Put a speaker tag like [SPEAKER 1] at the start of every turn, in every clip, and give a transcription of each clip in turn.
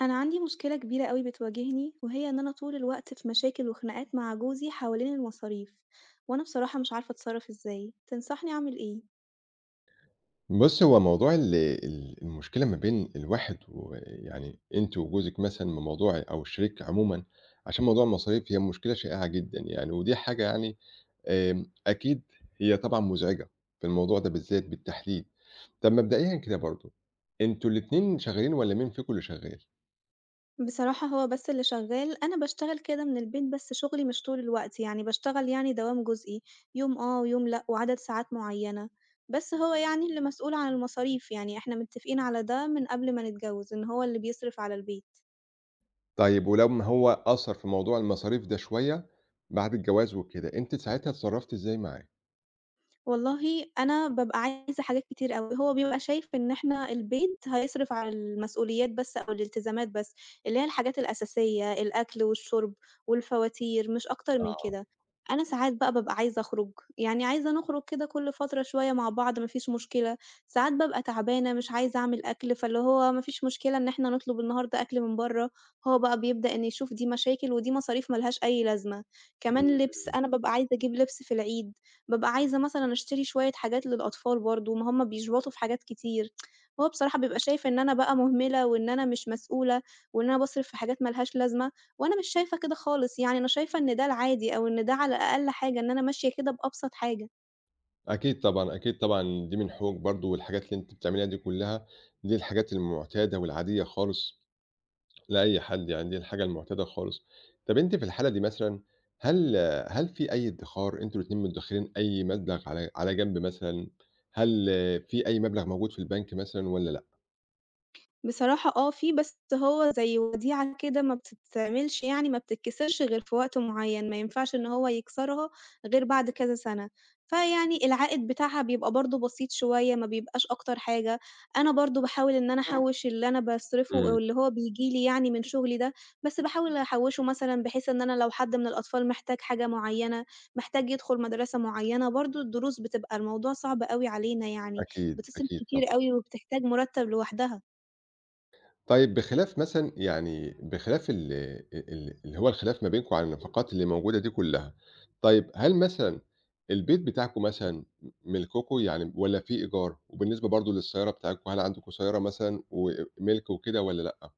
[SPEAKER 1] أنا عندي مشكلة كبيرة أوي بتواجهني، وهي إن أنا طول الوقت في مشاكل وخناقات مع جوزي حوالين المصاريف، وأنا بصراحة مش عارفة أتصرف إزاي، تنصحني أعمل إيه؟
[SPEAKER 2] بُصّي، هو موضوع ال ال المشكلة ما بين الواحد ويعني أنتِ وجوزِك مثلًا من موضوع أو الشريك عمومًا، عشان موضوع المصاريف هي مشكلة شائعة جدًا يعني، ودي حاجة يعني أكيد هي طبعًا مزعجة في الموضوع ده بالذات بالتحديد. طَب مبدئيًا كده برضه، أنتم الاتنين شغالين والّا مين فيكم اللي شغال؟
[SPEAKER 1] بصراحة هو بس اللي شغال، أنا باشتغل كده من البيت بس شغلي مش طول الوقت، يعني باشتغل يعني دوام جزئي، يوم آه ويوم لأ وعدد ساعات معينة، بس هو يعني اللي مسؤول عن المصاريف، يعني إحنا متفقين على ده من قبل ما نتجوز إن هو اللي بيصرف على البيت.
[SPEAKER 2] طيب ولمّا هو أثّر في موضوع المصاريف ده شوية بعد الجواز وكده، أنتِ ساعتها اتصرّفتِ إزاي معاه؟
[SPEAKER 1] والله أنا بابقى عايزة حاجات كتير أوي، هو بيبقى شايف إن إحنا البيت هيصرف على المسؤوليات بس أو الالتزامات بس، اللي هي الحاجات الأساسية، الأكل والشرب والفواتير، مش أكتر من
[SPEAKER 2] آه.
[SPEAKER 1] كده. أنا ساعات بقى بابقى عايزة أخرج، يعني عايزة نخرج كده كل فترة شوية مع بعض ما فيش مشكلة، ساعات بابقى تعبانة مش عايزة أعمل أكل، فاللي هو ما فيش مشكلة إن إحنا نطلب النهارده أكل من برّه، هو بقى بيبدأ إن يشوف دي مشاكل ودي مصاريف ما لهاش أي لازمة. كمان لبس،
[SPEAKER 2] إمم.
[SPEAKER 1] أنا بابقى عايزة أجيب لبس في العيد. بابقى عايزة مثلًا أشتري شوية حاجات للأطفال برضه، ما هُم بيشبطوا في حاجات كتير، هو بصراحة بيبقى شايف إن أنا بقى مهملة وإن أنا مش مسؤولة وإن أنا باصرف في حاجات ما لهاش لازمة، وأنا مش شايفة كده خالص، يعني أنا شايفة إن ده العادي أو إن ده على أقل حاجة، إن أنا ماشية كده بأبسط حاجة.
[SPEAKER 2] أكيد طبعًا، أكيد طبعًا دي من حقوقِك برضه، والحاجات اللي أنتِ بتعمليها دي كلّها، دي الحاجات المعتادة والعادية خالص لأي حد، يعني دي الحاجة المعتادة خالص. طَب أنتِ في الحالة دي مثلًا، هل هل في أي ادّخار، أنتم الاتنين مدّخرين أي مبلغ على جنب مثلًا؟ هل في أي مبلغ موجود في البنك مثلًا والّا لأ؟
[SPEAKER 1] بصراحة آه، في بس هو زي وديعة كده ما بتتعملش يعني ما بتتكسرش غير في وقت معيّن، ما ينفعش إن هو يكسرها غير بعد كذا سَنة، فيعني العائد بتاعها بيبقى برضه بسيط شوية، ما بيبقاش أكتر حاجة، أنا برضه باحاول إن أنا أحوّش اللي أنا باصرفه
[SPEAKER 2] إمم،
[SPEAKER 1] أو اللي هو بييجي لي يعني من شغلي ده، بس باحاول أحوّشه مثلًا بحيث إن أنا لو حد من الأطفال محتاج حاجة معيّنة، محتاج يدخل مدرسة معيّنة، برضه الدروس بتبقى الموضوع صعب أوي علينا يعني،
[SPEAKER 2] أكيد،
[SPEAKER 1] بتصرف
[SPEAKER 2] أكيد
[SPEAKER 1] كتير
[SPEAKER 2] طبعًا.
[SPEAKER 1] أوي وبتحتاج مُرتّب لوحدها.
[SPEAKER 2] طيب بخلاف مثلًا يعني بخلاف ال ال اللي هو الخلاف ما بينكم على النفقات اللي موجودة دي كلّها، طيب هل مثلًا البيت بتاعكم مثلًا ملككم يعني والّا في إيجار؟ وبالنسبة برضه للسيارة بتاعتكم هل عندكم سيارة مثلًا وملك وكده والّا لأ؟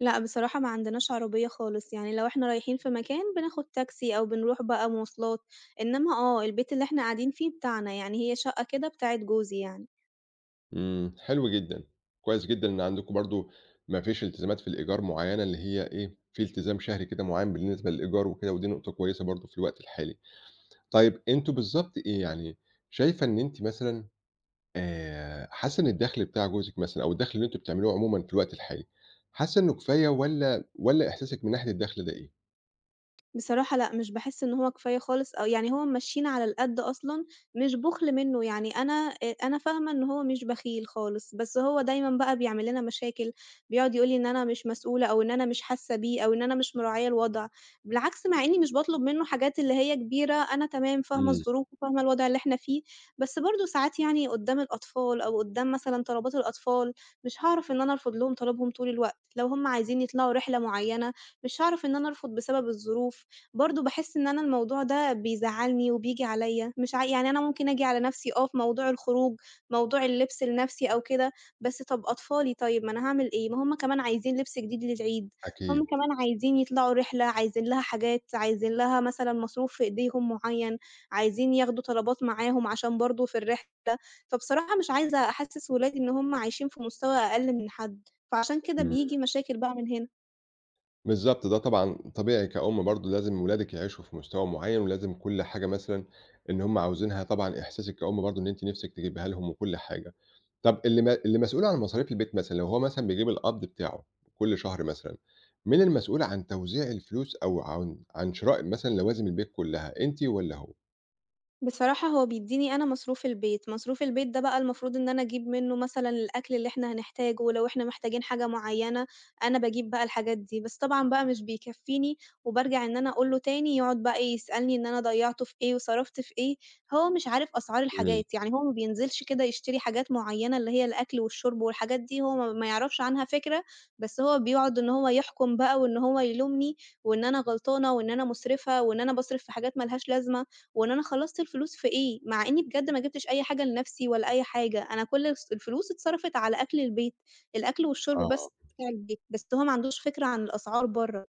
[SPEAKER 1] لأ، بصراحة ما عندناش عربية خالص، يعني لو إحنا رايحين في مكان بناخد تاكسي أو بنروح بقى مواصلات، إنما آه، البيت اللي إحنا قاعدين فيه بتاعنا، يعني هي شقة كده بتاعة جوزي يعني.
[SPEAKER 2] إمم، حلو جدًا، كويس جدًا إن عندكم برضه ما فيش التزامات في الإيجار معيّنة اللي هي إيه، في التزام شهري كده معيّن بالنسبة للإيجار وكده ودي نقطة كويسة برضه في الوقت الحالي. طيب أنتم بالضبط إيه، يعني شايفة إن أنتِ مثلًا حاسة إن الدخل بتاع جوزِك مثلًا أو الدخل اللي أنتم بتعملوه عمومًا في الوقت الحالي، حاسة إنه كفاية والّا إحساسِك من ناحية الدخل ده إيه؟
[SPEAKER 1] بصراحة لأ، مش باحس إن هو كفاية خالص أو يعني هو ممشّينا على القد أصلًا، مش بُخل منّه، يعني أنا أنا فاهمة إن هو مش بخيل خالص، بس هو دايمًا بقى بيعمل لنا مشاكل، بيقعد يقول لي إن أنا مش مسؤولة أو إن أنا مش حاسة بيه أو إن أنا مش مراعية الوضع، بالعكس مع إنّي مش باطلب منّه حاجات اللي هي كبيرة، أنا تمام فاهمة
[SPEAKER 2] إمم.
[SPEAKER 1] الظروف وفاهمة الوضع اللي إحنا فيه، بس برضه ساعات يعني قُدّام الأطفال أو قُدّام مثلًا طلبات الأطفال، مش هاعرف إن أنا أرفض لهم طلبهم طول الوقت، لو هم عايزين يطلعوا رحلة معيّنة، مش هاعرف إن أنا أرفض بسبب الظروف. برضه باحس إن أنا الموضوع ده بيزعّلني وبييجي عليّا، مش ع يعني أنا ممكن آجي على نَفْسي آه في موضوع الخروج، موضوع اللبس لنَفْسي أو كده، بس طَب أطفالي طيب ما أنا هاعمل إيه؟ ما هُم كمان عايزين لبس جديد للعيد، هُم
[SPEAKER 2] أكيد،
[SPEAKER 1] كمان عايزين يطلعوا رحلة، عايزين لها حاجات، عايزين لها مثلًا مصروف في إيديهم معيّن، عايزين ياخدوا طلبات معاهم عشان برضه في الرحلة، فبصراحة مش عايزة أحسِّس ولادي إن هُم عايشين في مستوى أقل من حد، فعشان كده
[SPEAKER 2] إمم،
[SPEAKER 1] بييجي مشاكل بقى من هنا.
[SPEAKER 2] بالضبط، ده طبعًا طبيعي كأم برضه لازم ولادِك يعيشوا في مستوى معيّن، ولازم كل حاجة مثلًا إن هُم عاوزينها طبعًا إحساسِك كأم برضه إن أنتِ نِفْسِك تجيبيها لهم وكل حاجة. طَب اللي مسؤول عن مصاريف البيت مثلًا، لو هو مثلًا بيجيب القبض بتاعه كل شهر مثلًا، مين المسؤول عن توزيع الفلوس أو عن شراء مثلًا لوازم البيت كلها، أنتِ والّا هو؟
[SPEAKER 1] بصراحة هو بيدّيني أنا مصروف البيت، مصروف البيت ده بقى المفروض إن أنا أجيب منّه مثلًا الأكل اللي إحنا هنحتاجه، ولو إحنا محتاجين حاجة معيّنة أنا باجيب بقى الحاجات دي، بس طبعًا بقى مش بيكفّيني، وبارجع إن أنا أقول له تاني يقعد بقى إيه يسألني إن أنا ضيّعته في إيه وصرفت في إيه، هو مش عارف أسعار
[SPEAKER 2] إمم.
[SPEAKER 1] الحاجات، يعني هو ما بينزلش كده يشتري حاجات معيّنة اللي هي الأكل والشرب والحاجات دي هو ما يعرفش عنها فكرة، بس هو بيقعد إن هو يحكم بقى وإن هو يلومني وإن أنا غلطانة وإن أنا مسرفة وإن أنا باصرف في حاجات ما لهاش لازمة. وإن أنا خلّصت الفلوس في إيه، مع إني بجد ما جِبتش أي حاجة لنَفْسي ولا أي حاجة، أنا كل الفلوس اتصرفت على أكل البيت، الأكل والشُرب
[SPEAKER 2] آه،
[SPEAKER 1] بس بتاع البيت، بس هو ما عندوش فكرة عن الأسعار برّه.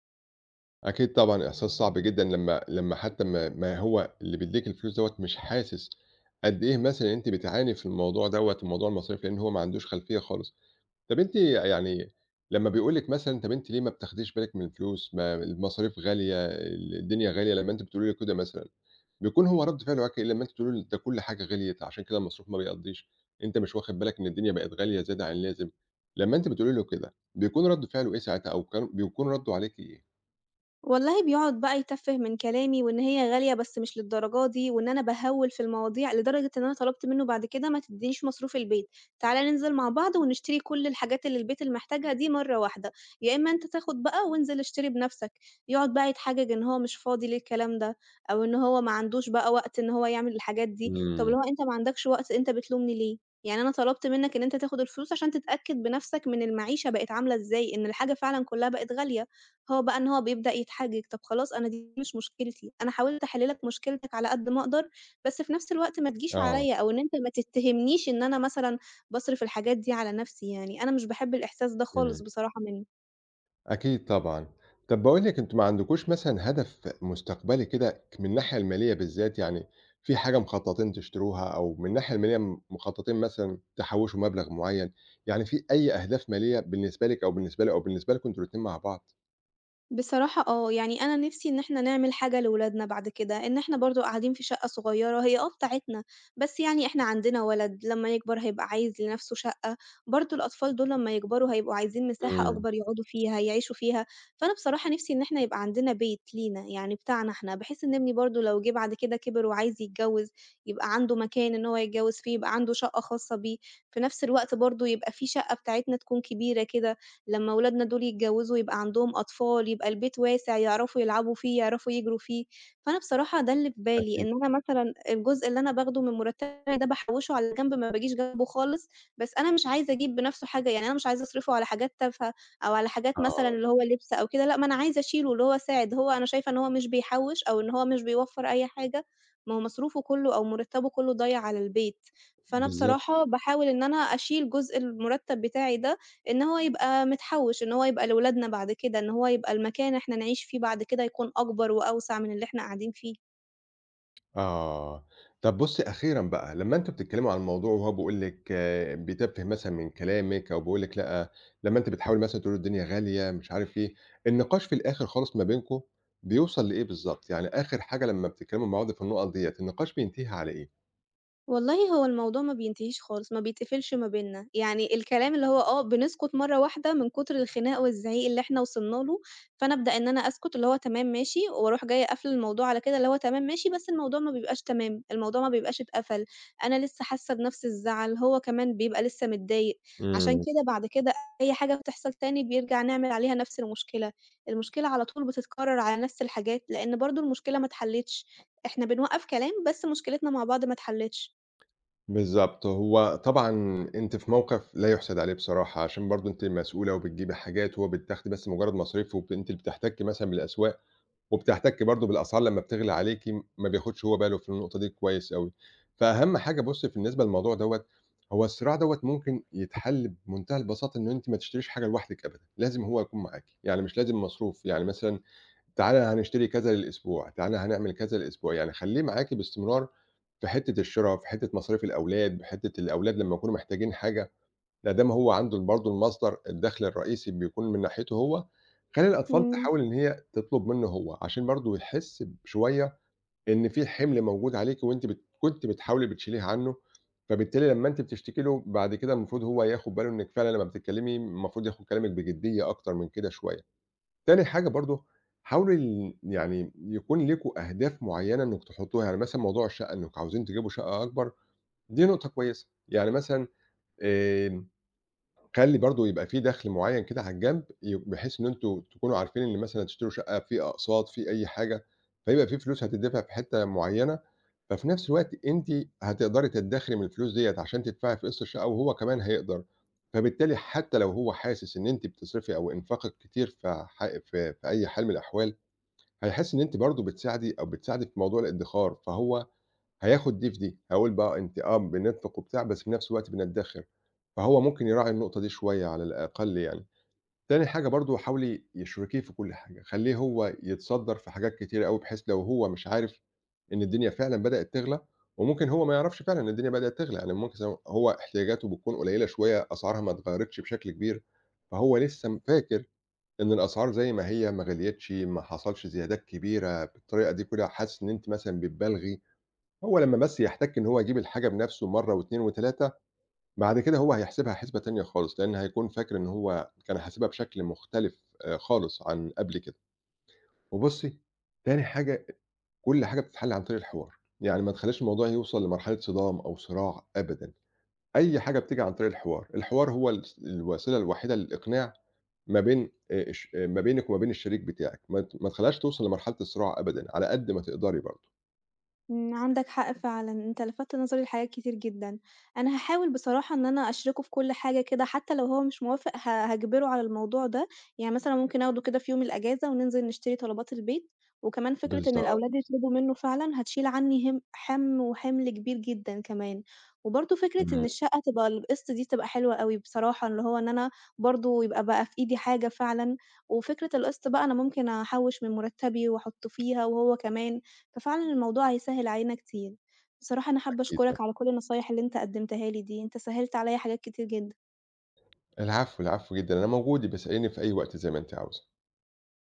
[SPEAKER 2] أكيد طبعًا إحساس صعب جدًا لمّا حتى ما ما هو اللي بيدّيك الفلوس دوّة مش حاسس قد إيه مثلًا أنتِ بتعاني في الموضوع دوّة، موضوع المصاريف، لإن هو ما عندوش خلفية خالص. طَب أنتِ يعني لمّا بيقول لِك مثلًا طَب أنتِ ليه ما بتاخديش بالِك من الفلوس، ما المصاريف غالية، الدنيا غالية، لمّا أنتِ بتقولي له كده مثلًا، بيكون هو رَد فعله معاكِ إيه لمّا أنتِ بتقولي له ده كل حاجة غليت عشان كده المصروف ما بيقضّيش، أنت مش واخد بالك إن الدنيا بقت غالية زيادة عن اللازم؟ لمّا أنتِ بتقولي له كده، بيكون رَد فعله إيه ساعتها أو كان بيكون رَدُّه عليكِ إيه؟
[SPEAKER 1] والله بيقعد بقى يتفّه من كلامي وإن هي غالية بس مش للدرجة دي، وإن أنا باهوِّل في المواضيع، لدرجة إن أنا طلبت منه بعد كده ما تدّينيش مصروف البيت، تعالَ ننزل مع بعض ونشتري كل الحاجات اللي البيت اللي محتاجها دي مرّة واحدة، يا إما أنت تاخد بقى وانزل اشتري بنفْسك. يقعد بقى يتحجج إن هو مش فاضي للكلام ده، أو إن هو ما عندوش بقى وقت إن هو يعمل الحاجات دي، طب
[SPEAKER 2] إمم،
[SPEAKER 1] اللي هو أنت ما عندكش وقت أنت بتلومني ليه؟ يعني أنا طلبت منّك إن أنت تاخد الفلوس عشان تتأكد بنفْسك من المعيشة بقت عاملة إزاي، إن الحاجة فعلًا كلّها بقت غالية. هو بقى إن هو بيبدأ يتحجج، طب خلاص أنا دي مش مشكلتي، أنا حاولت أحل لك مشكلتك على قد ما أقدر، بس في نفس الوقت ما تجيش
[SPEAKER 2] آه،
[SPEAKER 1] عليَّ أو إن أنت ما تتهمنيش إن أنا مثلًا باصرف الحاجات دي على نفسي يعني، أنا مش باحب الإحساس ده
[SPEAKER 2] إمم،
[SPEAKER 1] خالص بصراحة منّي.
[SPEAKER 2] أكيد طبعًا. طَب باقول لِك أنتم ما عندكوش مثلًا هدف مستقبلي كده من الناحية المالية بالذات، يعني في حاجة مخططين تشتروها أو من الناحية المالية مخططين مثلًا تحوّشوا مبلغ معيّن، يعني في أي أهداف مالية بالنسبة لِك أو بالنسبة له أو بالنسبة لكم أنتم الاتنين مع بعض؟
[SPEAKER 1] بصراحة آه، يعني أنا نِفْسي إن إحنا نعمل حاجة لولادنا بعد كده، إن إحنا برضه قاعدين في شقة صغيّرة هي آه بتاعتنا، بس يعني إحنا عندنا ولد لمّا يكبر هيبقى عايز لنَفْسه شقة، برضه الأطفال دول لمّا يكبروا هيبقوا عايزين مساحة
[SPEAKER 2] إمم،
[SPEAKER 1] أكبر يقعدوا فيها، يعيشوا فيها، فأنا بصراحة نِفْسي إن إحنا يبقى عندنا بيت لينا، يعني بتاعنا إحنا، بحيث إن ابني برضه لو جه بعد كده كِبِر وعايز يتجوّز، يبقى عنده مكان إن هو يتجوّز فيه، يبقى عنده شقة خاصة بيه، في نَفْس الوقت برضه يبقى في شقة بتاعتنا تكون كبيرة كده. لمّا ولادنا دول يتجوّزوا يبقى عندهم أطفال، يبقى البيت واسع يعرفوا يلعبوا فيه، يعرفوا يجروا فيه. فأنا بصراحة ده اللي في بالي،
[SPEAKER 2] أكيد،
[SPEAKER 1] إن أنا مثلًا الجزء اللي أنا باخده من مرتبي ده باحوّشه على جنب، ما باجيش جنبه خالص، بس أنا مش عايزة أجيب بنفْسه حاجة، يعني أنا مش عايزة أصرفه على حاجات تافهة أو على حاجات مثلًا
[SPEAKER 2] آه،
[SPEAKER 1] اللي هو لِبْس أو كده، لأ، ما أنا عايزة أشيله اللي هو ساعد، هو أنا شايفة إن هو مش بيحوّش أو إن هو مش بيوفّر أي حاجة، ما هو مصروفه كلّه أو مرتبه كلّه ضايع على البيت. فأنا
[SPEAKER 2] بالضبط.
[SPEAKER 1] بصراحة باحاول إن أنا أشيل جزء المرتب بتاعي ده إن هو يبقى متحوّش، إن هو يبقى لولادنا بعد كده، إن هو يبقى المكان إحنا نعيش فيه بعد كده يكون أكبر وأوسع من اللي إحنا قاعدين فيه.
[SPEAKER 2] آه. طب بُصّي أخيرًا بقى، لمّا أنتم بتتكلّموا عن الموضوع وهو بيقول لِك آه، بيتفّه مثلًا من كلامِك أو بيقول لِك لأ، لمّا أنتِ بتحاولي مثلًا تقولي له الدنيا غالية مش عارف إيه، النقاش في الآخر خالص ما بينكم بيوصل لإيه بالضبط؟ يعني آخر حاجة لمّا بتتكلّموا مع بعض في النقط ديّة، النقاش بينتهي على إيه؟
[SPEAKER 1] والله هو الموضوع ما بينتهيش خالص، ما بيتقفلش ما بيننا، يعني الكلام اللي هو آه بنسكت مرّة واحدة من كتر الخناق والزعيق اللي إحنا وصلنا له، فأنا أبدأ إن أنا أسكت اللي هو تمام ماشي، وأروح جاية قافلة الموضوع على كده اللي هو تمام ماشي، بس الموضوع ما بيبقاش تمام، الموضوع ما بيبقاش اتقفل، أنا لسه حاسة بنفْس الزعل، هو كمان بيبقى لسه متضايق، عشان
[SPEAKER 2] إمم.
[SPEAKER 1] كده بعد كده أي حاجة بتحصل تاني بيرجع نعمل عليها نفْس المشكلة، المشكلة على طول بتتكرر على نفْس الحاجات، لإن برضه المشكلة ما اتحلتش، إحنا بنوقّف كلام بس مشكلتنا مع بعض ما اتحلتش.
[SPEAKER 2] بالضبط. هو طبعًا أنتِ في موقِف لا يُحسَد عليه بصراحة، عشان برضه أنتِ مسؤولة وبتجيبي حاجات وهو بتاخدي بس مجرّد مصاريف وب أنتِ اللي بتحتكّي مثلًا بالأسواق. وبتحتكي برضه بالأسعار لمّا بتغلى عليكِ، ما بياخدش هو باله في النقطة دي كويس أوي. فأهم حاجة بُصّي بالنسبة للموضوع دوّة، هو الصراع دوّة ممكن يتحل بمنتهى البساطة إن أنتِ ما تشتريش حاجة لوحدِك أبدًا، لازم هو يكون معاكِ، يعني مش لازم مصروف، يعني مثلًا تعالَ هنشتري كذا للأسبوع، تعالَ هنعمل كذا للأسبوع، يعني خلّيه معاكِ باستمرار في حتّة الشرا، في حتّة مصاريف الأولاد، في حتّة الأولاد لمّا يكونوا محتاجين حاجة لأ، دام هو عنده برضه المصدر الدخل الرئيسي بيكون من ناحيته هو، خلّي الأطفال
[SPEAKER 1] إمم،
[SPEAKER 2] تحاول إن هي تطلب منه هو، عشان برضه يحس بشوية إن في حِمل موجود عليكِ وأنتِ كنتِ بتحاولي بتشيليه عنه، فبالتالي لمّا أنتِ بتشتكي له بعد كده المفروض هو ياخد باله إنِّك فعلًا لمّا بتتكلمي المفروض ياخد كلامِك بجدية أكتر من كده شوية. تاني حاجة برضه حاولوا يعني يكون ليكم أهداف معيّنة إنّكم تحطوها، يعني مثلًا موضوع الشقة إنّكم عاوزين تجيبوا شقة أكبر، دي نقطة كويسة، يعني مثلًا آآ خلّي برضه يبقى في دخل معيّن كده على الجنب، بحيث إن أنتم تكونوا عارفين إن مثلًا هتشتروا شقة في أقساط، في أي حاجة، فيبقى في فلوس هتدفع في حتّة معيّنة، ففي نفس الوقت أنتِ هتقدري تدخري من الفلوس ديّة عشان تدفعي في قسط الشقة، وهو كمان هيقدر، فبالتالي حتّى لو هو حاسس إن أنتِ بتصرفي أو إنفاقِك كتير في ح في في أي حال من الأحوال، هيحس إن أنتِ برضه بتساعدي أو بتساعدي في موضوع الادخار، فهو هياخد دي في دي، هاقول بقى أنتِ آه بننفق وبتاع، بس في نفس الوقت بندخّر، فهو ممكن يراعي النقطة دي شوية على الأقل يعني. تاني حاجة برضه حاولي اشركيه في كل حاجة، خلّيه هو يتصدّر في حاجات كتيرة أوي، بحيث لو هو مش عارف إن الدنيا فعلًا بدأت تغلى، وممكن هو ما يعرفش فعلًا إن الدنيا بدأت تغلى، يعني ممكن زي هو احتياجاته بتكون قليلة شوية، أسعارها ما اتغيّرتش بشكل كبير، فهو لسه فاكر إن الأسعار زي ما هي، ما غليتش، ما حصلش زيادات كبيرة بالطريقة دي كلها، حاسس إن أنتِ مثلًا بتبالغي، هو لمّا بس يحتَك إن هو يجيب الحاجة بنَفْسه مرّة و2 و3 بعد كده هو هيحسبها حسبة تانية خالص، لإن هيكون فاكر إن هو كان حاسبها بشكل مختلف خالص عن قبل كده. وبُصّي، تاني حاجة كل حاجة بتتحل عن طريق الحوار، يعني ما تخلّيش الموضوع يوصل لمرحلة صدام أو صراع أبدًا، أي حاجة بتيجي عن طريق الحوار، الحوار هو الوسيلة الوحيدة للإقناع ما بين اش ما بينِك وما بين الشريك بتاعِك، ما تخلّيهاش توصل لمرحلة الصراع أبدًا على قد ما تقدري برضه.
[SPEAKER 1] إمم، عندك حق فعلًا، أنت لفتت نظري لحاجات كتير جدًا، أنا هاحاول بصراحة إن أنا أشركه في كل حاجة كده، حتى لو هو مش موافق هاجبره على الموضوع ده، يعني مثلًا ممكن آخده كده في يوم الأجازة وننزل نشتري طلبات البيت، وكمان فكرة إن الأولاد
[SPEAKER 2] بالضبط،
[SPEAKER 1] يطلبوا منه فعلًا هتشيل عني هم وحِمل كبير جدًا كمان، وبرضه فكرة إن
[SPEAKER 2] إمم،
[SPEAKER 1] الشقة تبقى اللي بقسط دي تبقى حلوة أوي بصراحة، اللي هو إن أنا برضه يبقى بقى في إيدي حاجة فعلًا، وفكرة القسط بقى أنا ممكن أحوّش من مرتبي وأحطه فيها وهو كمان. ففعلًا الموضوع هيسهّل علينا كتير. بصراحة أنا حابة
[SPEAKER 2] أكيد.
[SPEAKER 1] أشكرك على كل النصايح اللي أنت قدّمتها لي دي، أنت سهّلت عليّا حاجات كتير جدًا.
[SPEAKER 2] العفو، العفو جدًا، أنا موجود، يبقى اسأليني في أي وقت زي ما أنتِ عاوزة.